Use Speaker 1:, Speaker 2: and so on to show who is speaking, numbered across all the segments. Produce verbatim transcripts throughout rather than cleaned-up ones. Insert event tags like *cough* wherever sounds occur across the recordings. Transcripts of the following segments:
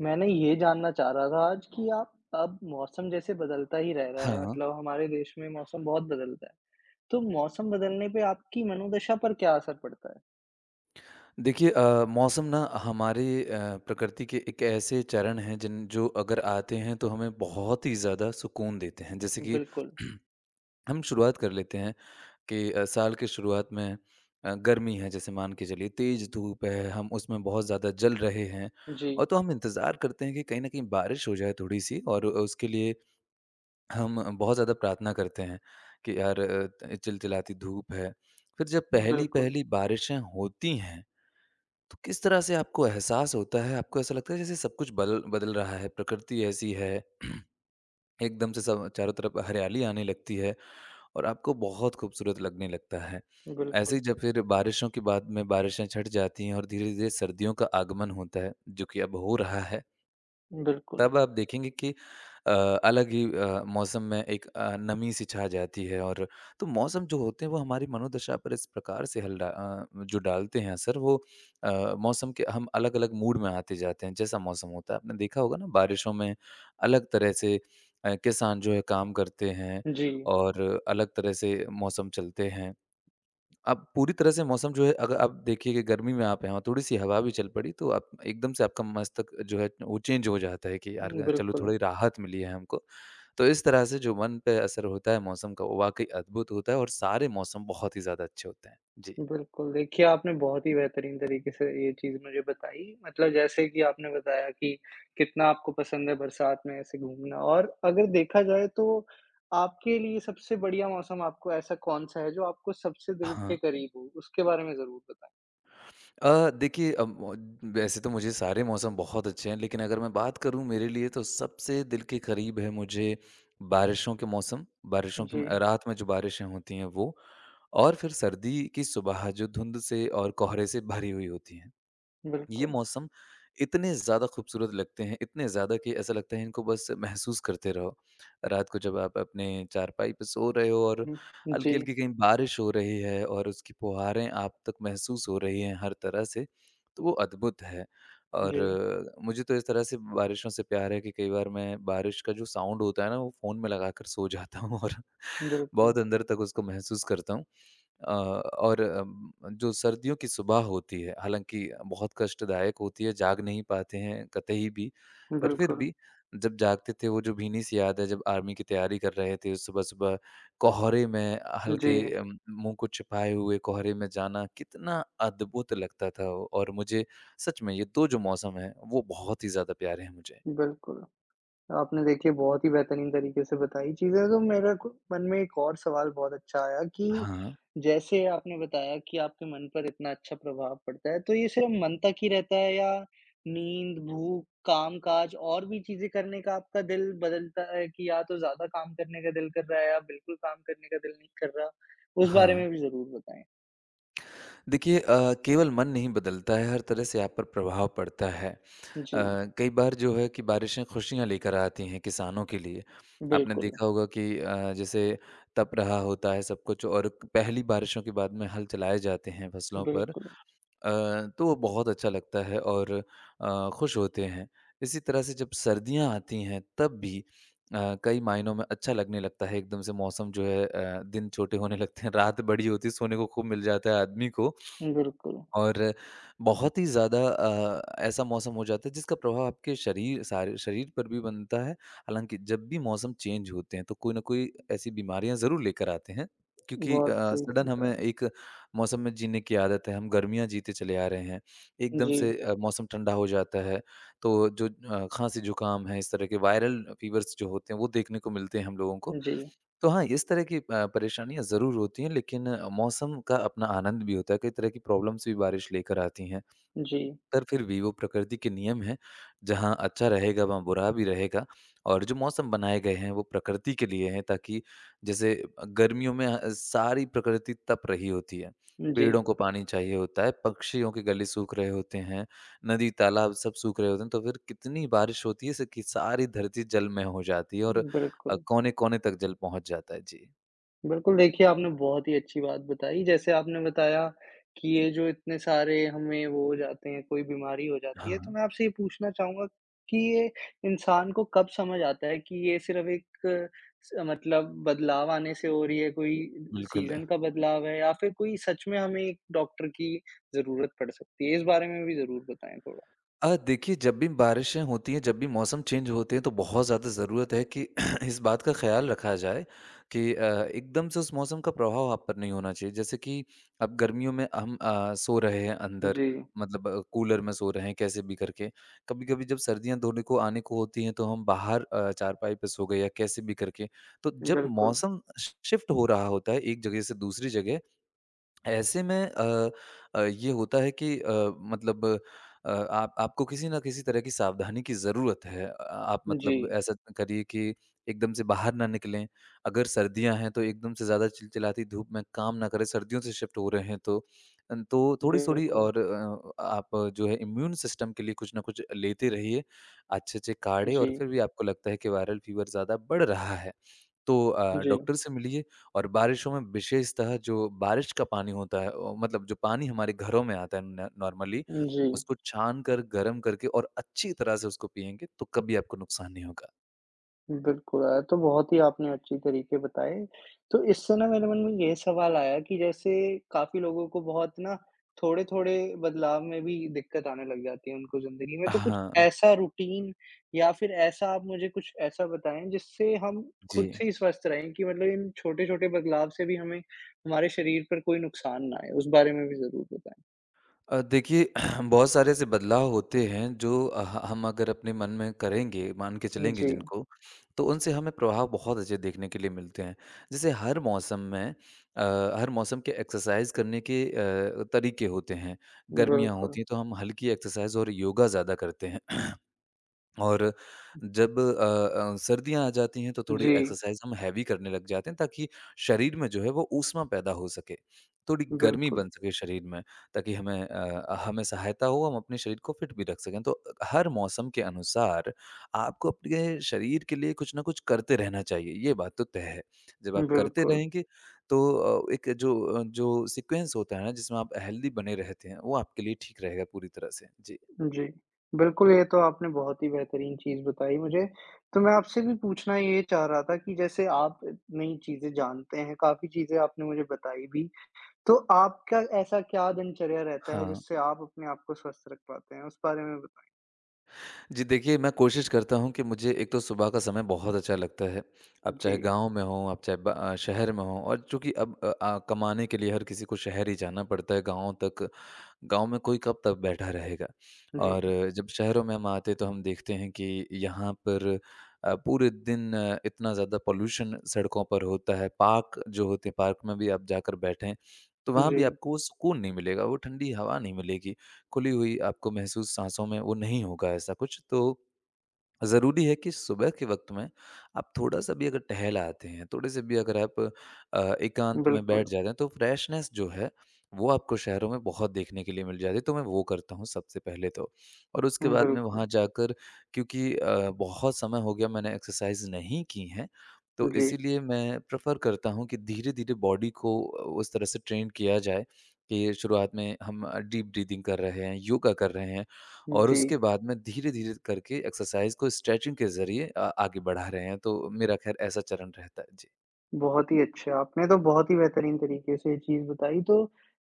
Speaker 1: मैंने ये जानना चाह रहा था आज कि आप अब मौसम जैसे बदलता ही रह रहा है
Speaker 2: हाँ,
Speaker 1: मतलब हमारे देश में मौसम बहुत बदलता है। तो मौसम बदलने पे आपकी मनोदशा पर क्या असर पड़ता है?
Speaker 2: देखिए अ, मौसम ना हमारे अ, प्रकृति के एक ऐसे चरण हैं जिन जो अगर आते हैं तो हमें बहुत ही ज़्यादा सुकून देते हैं। जैसे कि
Speaker 1: बिल्कुल।
Speaker 2: *clears throat* हम शुरुआत कर लेते हैं कि अ, साल के शुरुआत में अ, गर्मी है जैसे मान के चलिए तेज़ धूप है, हम उसमें बहुत ज़्यादा जल रहे हैं
Speaker 1: जी।
Speaker 2: और तो हम इंतज़ार करते हैं कि कहीं न कहीं बारिश हो जाए थोड़ी-सी और उसके लिए हम बहुत ज़्यादा प्रार्थना करते हैं कि यार अ, त चिलचिलाती धूप है। फिर जब
Speaker 1: बिल्कुल,
Speaker 2: पहली-पहली बारिशें होती हैं तो किस तरह से आपको एहसास होता है? आपको ऐसा लगता है जैसे सब कुछ बदल बदल रहा है, प्रकृति ऐसी है। *clears throat* एकदम से सब चारों तरफ हरियाली आने लगती है और आपको बहुत खूबसूरत लगने लगता है। ऐसे ही
Speaker 1: बिल्कुल,
Speaker 2: जब फिर बारिशों की बाद में बारिशें छँट जाती हैं और धीरे-धीरे सर्दियों का आगमन होता है, जो कि अब हो रहा है।
Speaker 1: बिल्कुल।
Speaker 2: तब आप देखेंगे कि अ, अलग ही अ, मौसम में एक अ, नमी सी छा जाती है और तो मौसम जो होते हैं वो हमारी मनोदशा पर इस प्रकार से हल डा अ, जो डालते हैं असर वो अ, मौसम के हम अलग-अलग मूड में आते जाते हैं जैसा मौसम होता है। आपने देखा होगा ना बारिशों में अलग तरह से अ, किसान जो है काम करते हैं
Speaker 1: जी,
Speaker 2: और अलग तरह से मौसम चलते हैं। अब पूरी तरह से मौसम जो है अगर आप देखिए कि गर्मी में आप हैं और थोड़ी-सी हवा भी चल पड़ी तो आप एकदम से आपका मस्तक जो है वो चेंज हो जाता है कि यार चलो
Speaker 1: बिल्कुल।
Speaker 2: थोड़ी राहत मिली है हमको। तो इस तरह से जो मन पे असर होता है मौसम का वो वाक़ई अद्भुत होता है और सारे मौसम बहुत ही ज़्यादा अच्छे होते हैं। जी।
Speaker 1: बिल्कुल, देखिए आपने बहुत ही बेहतरीन तरीके से ये चीज़ मुझे बताई। मतलब जैसे कि आपने बताया कि कितना आपको पसंद है बरसात में ऐसे घूमना और अगर देखा जाए तो आपके लिए सबसे बढ़िया मौसम आपको ऐसा कौन-सा है जो आपको सबसे दिल के
Speaker 2: हाँ।
Speaker 1: करीब हो? उसके बारे में ज़रूर बताएँ।
Speaker 2: अ, देखिए अ, मौ वैसे तो मुझे सारे मौसम बहुत अच्छे हैं लेकिन अगर मैं बात करूँ मेरे लिए तो सबसे दिल के करीब है मुझे बारिशों के मौसम, बारिशों
Speaker 1: जी,
Speaker 2: की रात में जो बारिशें होती हैं वो और फिर सर्दी की सुबह जो धुंध से और कोहरे से भरी हुई होती है। ये
Speaker 1: बिल्कुल।
Speaker 2: मौसम इतने ज़्यादा खूबसूरत लगते हैं, इतने ज़्यादा कि ऐसा लगता है इनको बस महसूस करते रहो। रात को जब आप अपने चारपाई पे सो रहे हो और
Speaker 1: हुँ, जी,
Speaker 2: हल्की-हल्की कहीं बारिश हो रही है और उसकी फुहारें आप तक महसूस हो रही हैं हर तरह से, तो वो अद्भुत है। और
Speaker 1: जी,
Speaker 2: अ, मुझे तो इस तरह से बारिशों से प्यार है कि कई बार मैं बारिश का जो साउंड होता है ना, वो फ़ोन में लगाकर सो जाता हूँ और
Speaker 1: बिल्कुल,
Speaker 2: बहुत अंदर तक उसको महसूस करता हूँ। अ, और अम, जो सर्दियों की सुबह होती है, हालाँकि बहुत कष्टदायक होती है, जाग नहीं पाते हैं कतई भी, पर फिर
Speaker 1: बिल्कुल।
Speaker 2: भी जब जागते थे वो जो भीनी सी याद है जब आर्मी की तैयारी कर रहे थे, सुबह-सुबह कोहरे में
Speaker 1: जी,
Speaker 2: हल्के अम, मुँह को छिपाए हुए कोहरे में जाना कितना अद्भुत लगता था वो। और मुझे सच में ये दो जो मौसम हैं, वो बहुत ही ज़्यादा प्यारे हैं मुझे।
Speaker 1: बिल्कुल। आपने देखिए बहुत ही बेहतरीन तरीके से बताई चीज़ें, तो मेरा को मन में एक और सवाल बहुत अच्छा आया कि
Speaker 2: हाँ,
Speaker 1: जैसे आपने बताया कि आपके मन पर इतना अच्छा प्रभाव पड़ता है, तो ये सिर्फ़ मन तक ही रहता है या नींद, भूख, काम-काज और भी चीज़ें करने का आपका दिल बदलता है कि या तो ज़्यादा काम करने का दिल कर रहा है या बिल्कुल काम करने का दिल नहीं कर रहा? उस बारे
Speaker 2: हाँ।
Speaker 1: में भी ज़रूर बताएँ।
Speaker 2: देखिए अ, केवल मन नहीं बदलता है, हर तरह से आप पर प्रभाव पड़ता है। अ,
Speaker 1: जी,
Speaker 2: कई बार जो है कि बारिशें खुशियाँ लेकर आती हैं किसानों के लिए। आपने
Speaker 1: बिल्कुल,
Speaker 2: देखा होगा कि अ, जैसे तप रहा होता है सब कुछ और पहली बारिशों के बाद में हल चलाए जाते हैं फसलों पर। अ,
Speaker 1: बिल्कुल,
Speaker 2: तो वो बहुत अच्छा लगता है और अ, खुश होते हैं। इसी तरह से जब सर्दियाँ आती हैं तब भी अ, कई मायनों में अच्छा लगने लगता है एकदम से मौसम जो है, अ, दिन छोटे होने लगते हैं, रात बड़ी होती है, सोने को खूब मिल जाता है आदमी को
Speaker 1: बिल्कुल।
Speaker 2: और बहुत ही ज़्यादा अ, ऐसा मौसम हो जाता है जिसका प्रभाव आपके शरीर सारे शरीर पर भी बनता है। हालाँकि जब भी मौसम चेंज होते हैं तो कोई न कोई ऐसी बीमारियाँ ज़रूर लेकर आते हैं क्योंकि
Speaker 1: बहुत
Speaker 2: अ,
Speaker 1: सही
Speaker 2: सडन हमें
Speaker 1: बताया।
Speaker 2: एक मौसम में जीने की आदत है, हम गर्मियाँ जीते चले आ रहे हैं। एकदम से
Speaker 1: जी,
Speaker 2: अ, मौसम ठंडा हो जाता है तो जो अ, खाँसी जुकाम है इस तरह के वायरल फीवर्स जो होते हैं वो देखने को मिलते हैं हम लोगों को।
Speaker 1: जी,
Speaker 2: तो हाँ, इस तरह की अ, परेशानियाँ ज़रूर होती हैं लेकिन अ, मौसम का अपना आनंद भी होता है, कई तरह की प्रॉब्लम्स भी बारिश लेकर आती हैं।
Speaker 1: जी,
Speaker 2: पर फिर भी वो प्रकृति के नियम हैं, जहाँ अच्छा रहेगा वहाँ बुरा भी रहेगा और जो मौसम बनाए गए हैं वो प्रकृति के लिए हैं ताकि जैसे अ, गर्मियों में अ, सारी प्रकृति तप रही होती है।
Speaker 1: जी।
Speaker 2: पेड़ों को पानी चाहिए होता है, पक्षियों के गले सूख रहे होते हैं, नदी, तालाब सब सूख रहे होते हैं, तो फिर कितनी बारिश होती है इससे कि सारी धरती जल में हो जाती है और अ,
Speaker 1: बिल्कुल।
Speaker 2: कोने-कोने तक जल पहुँच जाता है। जी।
Speaker 1: बिल्कुल, देखिए आपने बहुत ही अच्छी बात बताई। जैसे आपने बताया कि ये जो इतने सारे हमें वो हो जाते हैं, कोई बीमारी हो जाती है, तो
Speaker 2: हाँ,
Speaker 1: मैं आपसे ये पूछना चाहूँगा कि ये इंसान को कब समझ आता है कि ये सिर्फ़ एक अ, स मतलब बदलाव आने से हो रही है, कोई
Speaker 2: बिल्कुल।
Speaker 1: सीज़न का बदलाव है या फिर कोई सच में हमें एक डॉक्टर की ज़रूरत पड़ सकती है? इस बारे में भी ज़रूर बताएँ थोड़ा।
Speaker 2: अ, देखिए जब भी बारिशें होती हैं, जब भी मौसम चेंज होते हैं तो बहुत ज़्यादा ज़रूरत है कि *clears throat* इस बात का ख़्याल रखा जाए कि अ, एकदम से उस मौसम का प्रभाव आप पर नहीं होना चाहिए। जैसे कि अब गर्मियों में हम अ, सो रहे हैं अंदर,
Speaker 1: जी,
Speaker 2: मतलब अ, कूलर में सो रहे हैं कैसे भी करके। कभी-कभी जब सर्दियाँ धोने को आने को होती हैं तो हम बाहर अ, चारपाई पे सो गए या कैसे भी करके। तो जब
Speaker 1: बिल्कुल।
Speaker 2: मौसम शि शिफ्ट हो रहा होता है एक जगह से दूसरी जगह, ऐसे में अ अ, ये होता है कि अ, मतलब अ, आप आपको किसी न किसी तरह की सावधानी की ज़रूरत है। अ, आप
Speaker 1: जी,
Speaker 2: मतलब ऐसा करिए कि एकदम से बाहर ना निकलें। अगर सर्दियाँ हैं तो एकदम से ज़्यादा चिलचिलाती धूप में काम ना करें, सर्दियों से शिफ्ट हो रहे हैं तो। अन तो थोड़ी-थोड़ी
Speaker 1: बिल्कुल।
Speaker 2: और अ, आप जो है इम्यून सिस्टम के लिए कुछ ना कुछ लेते रहिए, अच्छे-अच्छे काढ़े
Speaker 1: जी,
Speaker 2: और फिर भी आपको लगता है कि वायरल फ़ीवर ज़्यादा बढ़ रहा है, तो अ,
Speaker 1: जी,
Speaker 2: डॉक्टर से मिलिए और बारिशों में विशेषतः जो बारिश का पानी होता है, अ, मतलब जो पानी हमारे घरों में आता है न- नॉर्मली,
Speaker 1: जी।
Speaker 2: उसको छान कर गर्म करके और अच्छी तरह से उसको पियेंगे तो कभी आपको नुकसान नहीं होगा।
Speaker 1: बिल्कुल, अ, तो बहुत ही आपने अच्छी तरीके बताए। तो इससे ना मेरे मन में ये सवाल आया कि जैसे काफ़ी लोगों को बहुत ना थोड़े-थोड़े बदलाव में भी दिक्कत आने लग जाती है उनको ज़िंदगी में। तो कुछ
Speaker 2: हाँ,
Speaker 1: ऐसा रूटीन या फिर ऐसा आप मुझे कुछ ऐसा बताएँ जिससे हम
Speaker 2: जी।
Speaker 1: खुद से ही स्वस्थ रहें कि मतलब इन छोटे-छोटे बदलाव से भी हमें हमारे शरीर पर कोई नुकसान ना आए? उस बारे में भी ज़रूर बताएँ।
Speaker 2: अ, देखिए *clears throat* बहुत सारे ऐसे बदलाव होते हैं जो अ, ह- हम अगर अपने मन में करेंगे मान के चलेंगे
Speaker 1: जी,
Speaker 2: जिनको, तो उनसे हमें प्रभाव बहुत अच्छे देखने के लिए मिलते हैं। जैसे हर मौसम में अ, हर मौसम के एक्सरसाइज करने के अ, तरीके होते हैं। गर्मियाँ
Speaker 1: बिल्कुल।
Speaker 2: होती हैं तो हम हल्की एक्सरसाइज और योगा ज़्यादा करते हैं *clears throat* और जब अ अ, सर्दियाँ आ जाती हैं तो थोड़ी
Speaker 1: जी,
Speaker 2: एक्सरसाइज़ हम हैवी करने लग जाते हैं ताकि शरीर में जो है वो ऊष्मा पैदा हो सके। थोड़ी गर्मी
Speaker 1: बिल्कुल,
Speaker 2: बन सके शरीर में ताकि हमें अ, हमें सहायता हो, हम अपने शरीर को फिट भी रख सकें। तो हर मौसम के अनुसार आपको अपने शरीर के लिए कुछ न कुछ करते रहना चाहिए, ये बात तो तय है। जब आप करते
Speaker 1: बिल्कुल।
Speaker 2: रहेंगे तो अ, एक जो अ, जो सीक्वेंस होता है ना जिसमें आप हेल्दी बने रहते हैं वो आपके लिए ठीक रहेगा पूरी तरह से। जी।
Speaker 1: जी, बिल्कुल, ये तो आपने बहुत ही बेहतरीन चीज़ बताई मुझे। तो मैं आपसे भी पूछना ये चाह रहा था कि जैसे आप नई चीज़ें जानते हैं, काफ़ी चीज़ें आपने मुझे बताई भी, तो आपका ऐसा क्या दिनचर्या रहता है
Speaker 2: हाँ।
Speaker 1: जिससे आप अपने आप को स्वस्थ रख पाते हैं? उस बारे में बताएँ।
Speaker 2: जी देखिए, मैं कोशिश करता हूँ कि मुझे एक तो सुबह का समय बहुत अच्छा लगता है। आप
Speaker 1: जी,
Speaker 2: चाहे गाँव में हों, आप चाहे ब अ, शहर में हों और चूँकि अब अ अ, कमाने के लिए हर किसी को शहर ही जाना पड़ता है गाँव तक। गाँव में कोई कब तक बैठा रहेगा
Speaker 1: जी,
Speaker 2: और जब शहरों में हम आते हैं तो हम देखते हैं कि यहाँ पर अ, पूरे दिन अ, इतना ज़्यादा पॉल्यूशन सड़कों पर होता है। पार्क जो होते हैं, पार्क में भी आप जाकर बैठें, तो वहाँ
Speaker 1: जी,
Speaker 2: भी आपको वो सुकून नहीं मिलेगा, वो ठंडी हवा नहीं मिलेगी। खुली हुई आपको महसूस साँसों में वो नहीं होगा ऐसा कुछ। तो ज़रूरी है कि सुबह के वक़्त में आप थोड़ा-सा भी अगर टहल आते हैं, थोड़े से भी अगर आप अ, एकांत में
Speaker 1: बिल्कुल,
Speaker 2: बैठ जाते हैं, तो फ्रेशनेस जो है, वो आपको शहरों में बहुत देखने के लिए मिल जाती है, तो मैं वो करता हूँ सबसे पहले तो। और उसके बाद में
Speaker 1: बिल्कुल।
Speaker 2: वहाँ जाकर, क्योंकि अ, बहुत समय हो गया मैंने एक्सरसाइज़ नहीं की है, तो
Speaker 1: जी,
Speaker 2: इसीलिए मैं प्रेफ़र करता हूँ कि धीरे-धीरे बॉडी को अ, उस तरह से ट्रेन किया जाए कि शुरुआत में हम अ, डीप ब्रीथिंग कर रहे हैं, योगा कर रहे हैं, और
Speaker 1: जी।
Speaker 2: उसके बाद में धीरे-धीरे करके एक्सरसाइज़ को स्ट्रेचिंग के ज़रिए अ, आगे बढ़ा रहे हैं, तो मेरा ख़ैर ऐसा चरण रहता है। जी।
Speaker 1: बहुत ही अच्छा, आपने तो बहुत ही बेहतरीन तरीके से ये चीज़ बताई। तो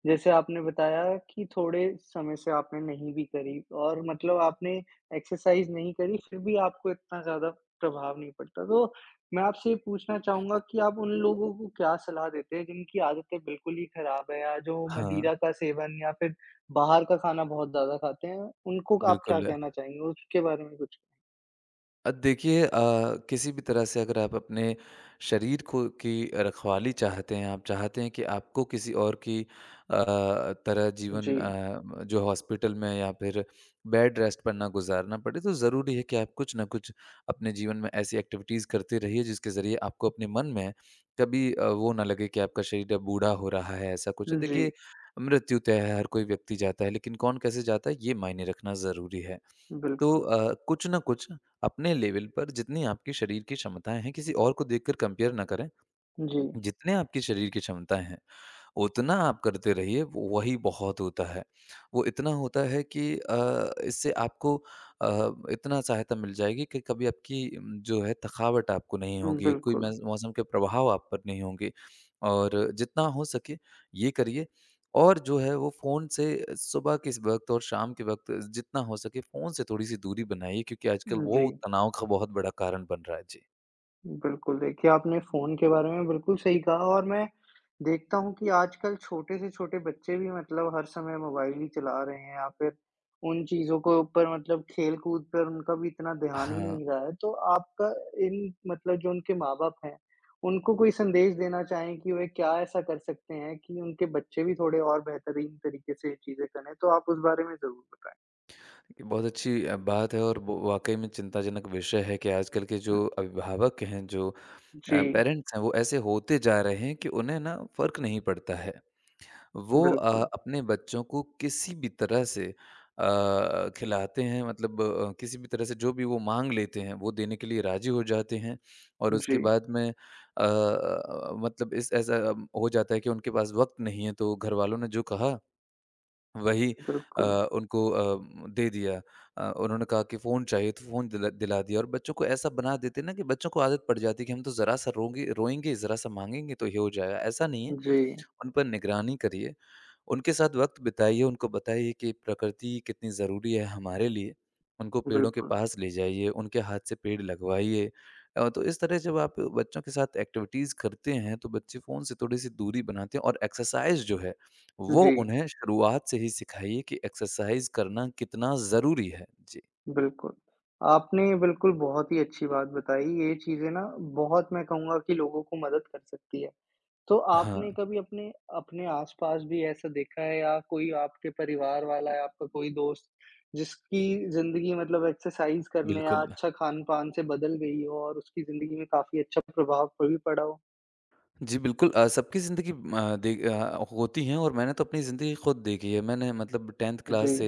Speaker 1: जैसे आपने बताया कि थोड़े समय से आपने नहीं भी करी और मतलब आपने एक्सरसाइज़ नहीं करी, फिर भी आपको इतना ज़्यादा प्रभाव नहीं पड़ता। तो मैं आपसे ये पूछना चाहूँगा कि आप उन लोगों को क्या सलाह देते हैं जिनकी आदतें बिल्कुल ही खराब है या जो
Speaker 2: हाँ,
Speaker 1: मदिरा का सेवन या फिर बाहर का खाना बहुत ज़्यादा खाते हैं, उनको आप क्या
Speaker 2: बिल्कुल।
Speaker 1: कहना चाहेंगे? उसके बारे में कुछ?
Speaker 2: अ, देखिए अ, किसी भी तरह से अगर आप अपने शरीर को की रखवाली चाहते हैं, आप चाहते हैं कि आपको किसी और की अ, तरह
Speaker 1: जी,
Speaker 2: जीवन अ, जो हॉस्पिटल में या फिर बेड रेस्ट पर ना गुज़ारना पड़े, तो ज़रूरी है कि आप कुछ ना कुछ अपने जीवन में ऐसी एक्टिविटीज़ करते रहिए, जिसके ज़रिए आपको अपने मन में कभी अ, वो ना लगे कि आपका शरीर अब बूढ़ा हो रहा है, ऐसा कुछ है।
Speaker 1: जी,
Speaker 2: देखिए, मृत्यु तय है, हर कोई व्यक्ति जाता है, लेकिन कौन कैसे जाता है, ये मायने रखना ज़रूरी है। तो
Speaker 1: बिल्कुल।
Speaker 2: अ, कुछ ना कुछ अपने लेवल पर जितनी आपकी शरीर की क्षमताएँ हैं, किसी और को देखकर कंपेयर ना करें।
Speaker 1: जी,
Speaker 2: जितने आपकी शरीर की क्षमताएँ हैं, उतना आप करते रहिए, वो वही बहुत होता है। वो इतना होता है कि अ, इससे आपको अ, इतना सहायता मिल जाएगी कि कभी आपकी उम, जो है थकावट आपको नहीं होगी, कोई
Speaker 1: बिल्कुल।
Speaker 2: मैज़ मौसम के प्रभाव आप पर नहीं होंगे और जितना हो सके ये करिए और जो है वो फ़ोन से सुबह के इस वक़्त और शाम के वक़्त जितना हो सके फ़ोन से थोड़ी-सी दूरी बनाइए क्योंकि आजकल वो
Speaker 1: जी।
Speaker 2: तनाव का बहुत बड़ा कारण बन रहा है। जी।
Speaker 1: बिल्कुल, देखिए आपने फ़ोन के बारे में बिल्कुल सही कहा और मैं देखता हूँ कि आजकल छोटे से छोटे बच्चे भी मतलब हर समय मोबाइल ही चला रहे हैं या फिर उन चीज़ों को ऊपर मतलब खेल-कूद पर उनका भी इतना ध्यान ही
Speaker 2: हाँ।
Speaker 1: नहीं रहा है। तो आपका इन मतलब जो उनके माँ-बाप हैं, उनको कोई संदेश देना चाहें कि वे क्या ऐसा कर सकते हैं कि उनके बच्चे भी थोड़े और बेहतरीन तरीके से ये चीज़ें करें? तो आप उस बारे में ज़रूर बताएँ।
Speaker 2: ये बहुत अच्छी अ, बात है और वो वाकई में चिंताजनक विषय है कि आजकल के
Speaker 1: हुँ,
Speaker 2: जो अभिभावक हैं, जो
Speaker 1: जी,
Speaker 2: अ, पेरेंट्स हैं, वो ऐसे होते जा रहे हैं कि उन्हें ना फ़र्क नहीं पड़ता है। वो अ,
Speaker 1: बिल्कुल।
Speaker 2: अपने बच्चों को किसी भी तरह से अ, खिलाते हैं मतलब अ, किसी भी तरह से जो भी वो माँग लेते हैं, वो देने के लिए राज़ी हो जाते हैं और
Speaker 1: जी,
Speaker 2: उसके बाद में अ, मतलब इस ऐसा अ, हो जाता है कि उनके पास वक़्त नहीं है, तो घरवालों ने जो कहा वही अ,
Speaker 1: बिल्कुल।
Speaker 2: उनको अ, दे दिया। अ, उन्होंने कहा कि फ़ोन चाहिए तो फ़ोन दिला दिला दिया और बच्चों को ऐसा बना देते हैं ना कि बच्चों को आदत पड़ जाती है कि हम तो ज़रा-सा रोंगे रोएँगे, ज़रा-सा माँगेंगे तो ये हो जाएगा। ऐसा नहीं है।
Speaker 1: जी,
Speaker 2: उन पर निगरानी करिए, उनके साथ वक़्त बिताइए, उनको बताइए कि प्रकृति कितनी ज़रूरी है हमारे लिए। उनको पेड़ों के
Speaker 1: बिल्कुल।
Speaker 2: पास ले जाइए, उनके हाथ से पेड़ लगवाइए। अ, तो इस तरह जब आप बच्चों के साथ एक्टिविटीज़ करते हैं, तो बच्चे फ़ोन से थोड़ी-सी दूरी बनाते हैं और एक्सरसाइज़ जो है, वो
Speaker 1: जी।
Speaker 2: उन्हें शुरुआत से ही सिखाइए कि एक्सरसाइज़ करना कितना ज़रूरी है। जी।
Speaker 1: बिल्कुल। आपने बिल्कुल बहुत ही अच्छी बात बताई, ये चीज़ें ना बहुत मैं कहूँगा कि लोगों को मदद कर सकती है। तो
Speaker 2: हाँ,
Speaker 1: आपने कभी अपने अपने आस-पास भी ऐसा देखा है या कोई आपके परिवार वाला या आपका कोई दोस्त जिसकी ज़िंदगी मतलब एक्सरसाइज़ करने या
Speaker 2: बिल्कुल।
Speaker 1: अच्छा खान-पान से बदल गई हो और उसकी ज़िंदगी में काफ़ी अच्छा प्रभाव भी पड़ा हो?
Speaker 2: जी, बिल्कुल अ, सबकी ज़िंदगी अ, दे अ, होती हैं और मैंने तो अपनी ज़िंदगी खुद देखी है। मैंने मतलब टेंथ
Speaker 1: जी,
Speaker 2: क्लास से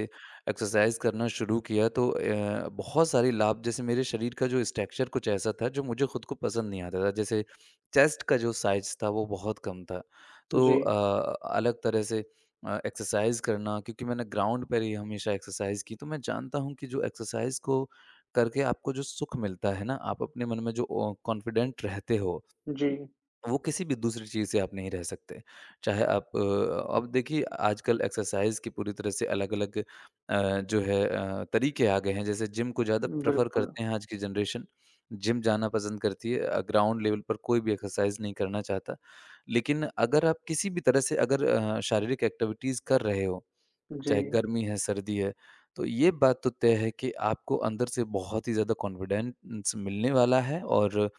Speaker 2: एक्सरसाइज़ करना शुरू किया तो अ, बहुत सारे लाभ जैसे मेरे शरीर का जो स्ट्रक्चर कुछ ऐसा था जो मुझे खुद को पसंद नहीं आता था। जैसे चेस्ट का जो साइज़ था वो बहुत कम था।
Speaker 1: जी,
Speaker 2: तो अ, अलग तरह से अ, एक्सरसाइज़ करना क्योंकि मैंने ग्राउंड पर ही हमेशा एक्सरसाइज़ की तो मैं जानता हूँ कि जो एक्सरसाइज़ को करके आपको जो सुख मिलता है ना, आप अपने मन में जो अ, कॉन्फिडेंट रहते हो
Speaker 1: जी।
Speaker 2: वो किसी भी दूसरी चीज़ से आप नहीं रह सकते। चाहे आप अ, अब देखिए आजकल एक्सरसाइज़ की पूरी तरह से अलग-अलग अ, जो है अ, तरीके आ गए हैं। जैसे जिम को ज़्यादा प्रेफ़र
Speaker 1: बिल्कुल।
Speaker 2: करते हैं आज की जनरेशन। जिम जाना पसंद करती है। अ, ग्राउंड लेवल पर कोई भी एक्सरसाइज़ नहीं करना चाहता। लेकिन अगर आप किसी भी तरह से अगर अ, शारीरिक एक्टिविटीज़ कर रहे हो
Speaker 1: जी,
Speaker 2: चाहे गर्मी है, सर्दी है। तो ये बात तो तय है कि आपको अंदर से बहुत ही ज़्यादा कॉन्फिडेंस मिलने वाला है और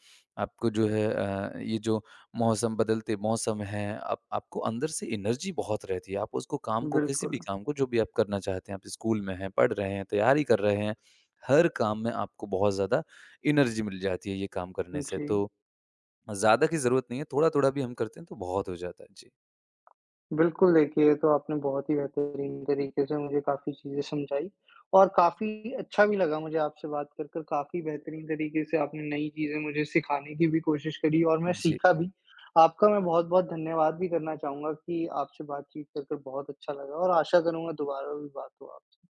Speaker 2: आपको जो है अ, ये जो मौसम बदलते मौसम हैं, आप आपको अंदर से एनर्जी बहुत रहती है। आप उसको काम को किसी
Speaker 1: बिल्कुल।
Speaker 2: भी काम को जो भी आप करना चाहते हैं, आप स्कूल में हैं, पढ़ रहे हैं, तैयारी कर रहे हैं, हर काम में आपको बहुत ज़्यादा एनर्जी मिल जाती है ये काम करने से।
Speaker 1: जी।
Speaker 2: तो ज़्यादा की ज़रूरत नहीं है, थोड़ा-थोड़ा भी हम करते हैं तो बहुत हो जाता है। जी।
Speaker 1: बिल्कुल, देखिए ये तो आपने बहुत ही बेहतरीन तरीके से मुझे काफ़ी चीज़ें समझाई और काफ़ी अच्छा भी लगा मुझे आपसे बात कर कर, काफ़ी बेहतरीन तरीके से आपने नई चीज़ें मुझे सिखाने की भी कोशिश करी और मैं
Speaker 2: जी।
Speaker 1: सीखा भी। आपका मैं बहुत-बहुत धन्यवाद भी करना चाहूँगा कि आपसे बातचीत कर कर बहुत अच्छा लगा और आशा करूँगा दोबारा भी बात हो आपसे।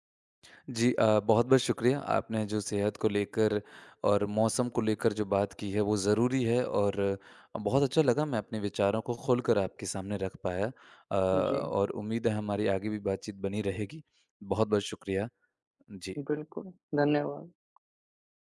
Speaker 2: जी अ, बहुत-बहुत शुक्रिया। आपने जो सेहत को लेकर और मौसम को लेकर जो बात की है वो ज़रूरी है और बहुत अच्छा लगा मैं अपने विचारों को खोलकर आपके सामने रख पाया। अ,
Speaker 1: जी,
Speaker 2: और उम्मीद है हमारी आगे भी बातचीत बनी रहेगी। बहुत-बहुत शुक्रिया। जी।
Speaker 1: बिल्कुल, धन्यवाद।